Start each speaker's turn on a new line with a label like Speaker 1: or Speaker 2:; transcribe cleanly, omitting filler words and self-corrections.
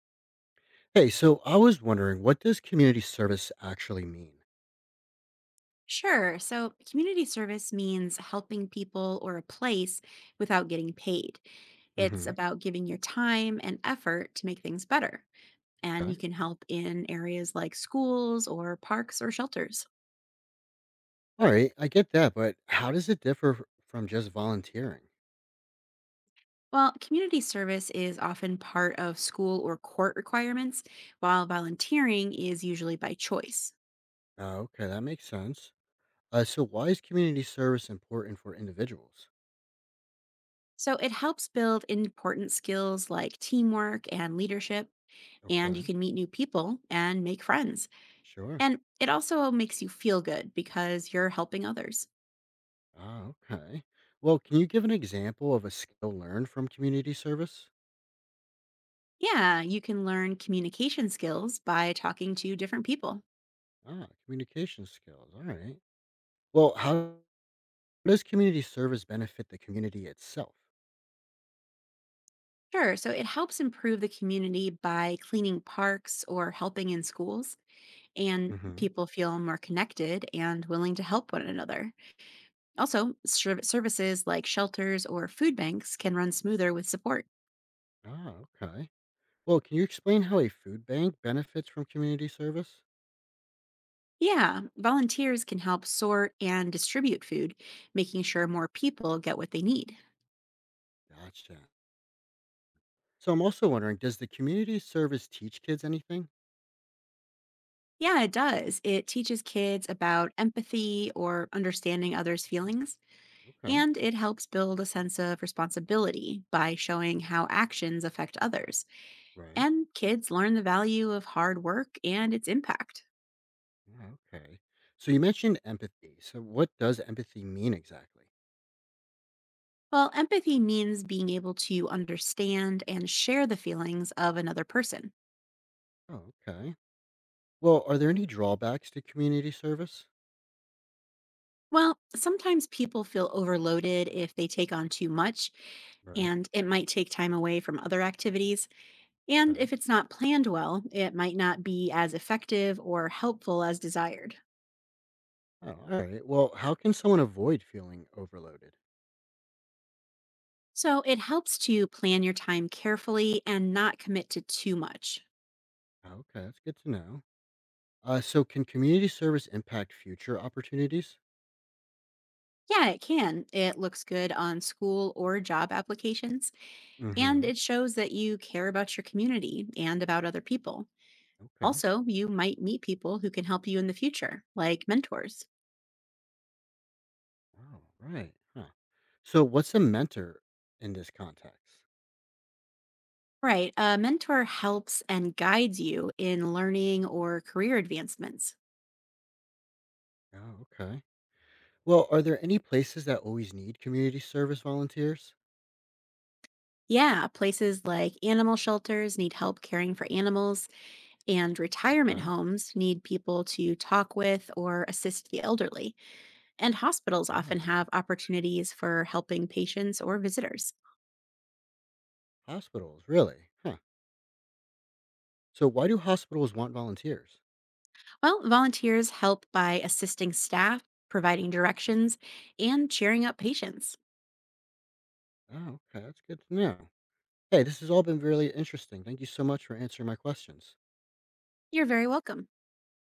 Speaker 1: Hey, so I was wondering, what does community service actually mean?
Speaker 2: Sure. So, community service means helping people or a place without getting paid. It's
Speaker 1: Hmm.
Speaker 2: about giving your time and effort to make things better. And you
Speaker 1: Okay.
Speaker 2: can help in areas like schools or parks or shelters.
Speaker 1: All right, I get that, but how does it differ from just volunteering?
Speaker 2: Well, community service is often part of school or court requirements, while volunteering is usually by choice.
Speaker 1: Okay, that makes sense. So why is community service important for individuals?
Speaker 2: So, it helps build important skills like teamwork and leadership, and
Speaker 1: Okay.
Speaker 2: you can meet new people and make friends.
Speaker 1: Sure.
Speaker 2: And it also makes you feel good because you're helping others.
Speaker 1: Ah, okay. Well, can you give an example of a skill learned from community service?
Speaker 2: Yeah, you can learn communication skills by talking to different people.
Speaker 1: Ah, communication skills. All right. Well, how does community service benefit the community itself?
Speaker 2: Sure. So it helps improve the community by cleaning parks or helping in schools, and
Speaker 1: Hmm.
Speaker 2: people feel more connected and willing to help one another. Also, services like shelters or food banks can run smoother with support.
Speaker 1: Ah, okay. Well, can you explain how a food bank benefits from community service?
Speaker 2: Yeah, volunteers can help sort and distribute food, making sure more people get what they need.
Speaker 1: Gotcha. So I'm also wondering, does the community service teach kids anything?
Speaker 2: Yeah, it does. It teaches kids about empathy or understanding others' feelings,
Speaker 1: Okay,
Speaker 2: and it helps build a sense of responsibility by showing how actions affect others.
Speaker 1: right.
Speaker 2: And kids learn the value of hard work and its impact.
Speaker 1: Yeah, okay. So you mentioned empathy. So what does empathy mean exactly?
Speaker 2: Well, empathy means being able to understand and share the feelings of another person.
Speaker 1: Oh, okay. Well, are there any drawbacks to community service?
Speaker 2: Well, sometimes people feel overloaded if they take on too much,
Speaker 1: Right.
Speaker 2: and it might take time away from other activities. And
Speaker 1: Okay.
Speaker 2: if it's not planned well, it might not be as effective or helpful as desired.
Speaker 1: Oh, all right. Well, how can someone avoid feeling overloaded?
Speaker 2: So it helps to plan your time carefully and not commit to too much.
Speaker 1: Oh, okay, that's good to know. So can community service impact future opportunities?
Speaker 2: Yeah, it can. It looks good on school or job applications, and
Speaker 1: Mm-hmm.
Speaker 2: it shows that you care about your community and about other people.
Speaker 1: Okay.
Speaker 2: Also, you might meet people who can help you in the future, like mentors.
Speaker 1: Oh, right. Huh. So, what's a mentor in this context?
Speaker 2: Right. A mentor helps and guides you in learning or career advancements.
Speaker 1: Oh, okay. Well, are there any places that always need community service volunteers?
Speaker 2: Yeah, places like animal shelters need help caring for animals, and retirement
Speaker 1: Okay.
Speaker 2: homes need people to talk with or assist the elderly. And hospitals often
Speaker 1: Oh,
Speaker 2: have opportunities for helping patients or visitors.
Speaker 1: hospitals, really? Huh. So, why do hospitals want volunteers?
Speaker 2: Well, volunteers help by assisting staff, providing directions, and cheering up patients.
Speaker 1: Oh, okay. That's good to know. Hey, this has all been really interesting. Thank you so much for answering my questions.
Speaker 2: You're very welcome.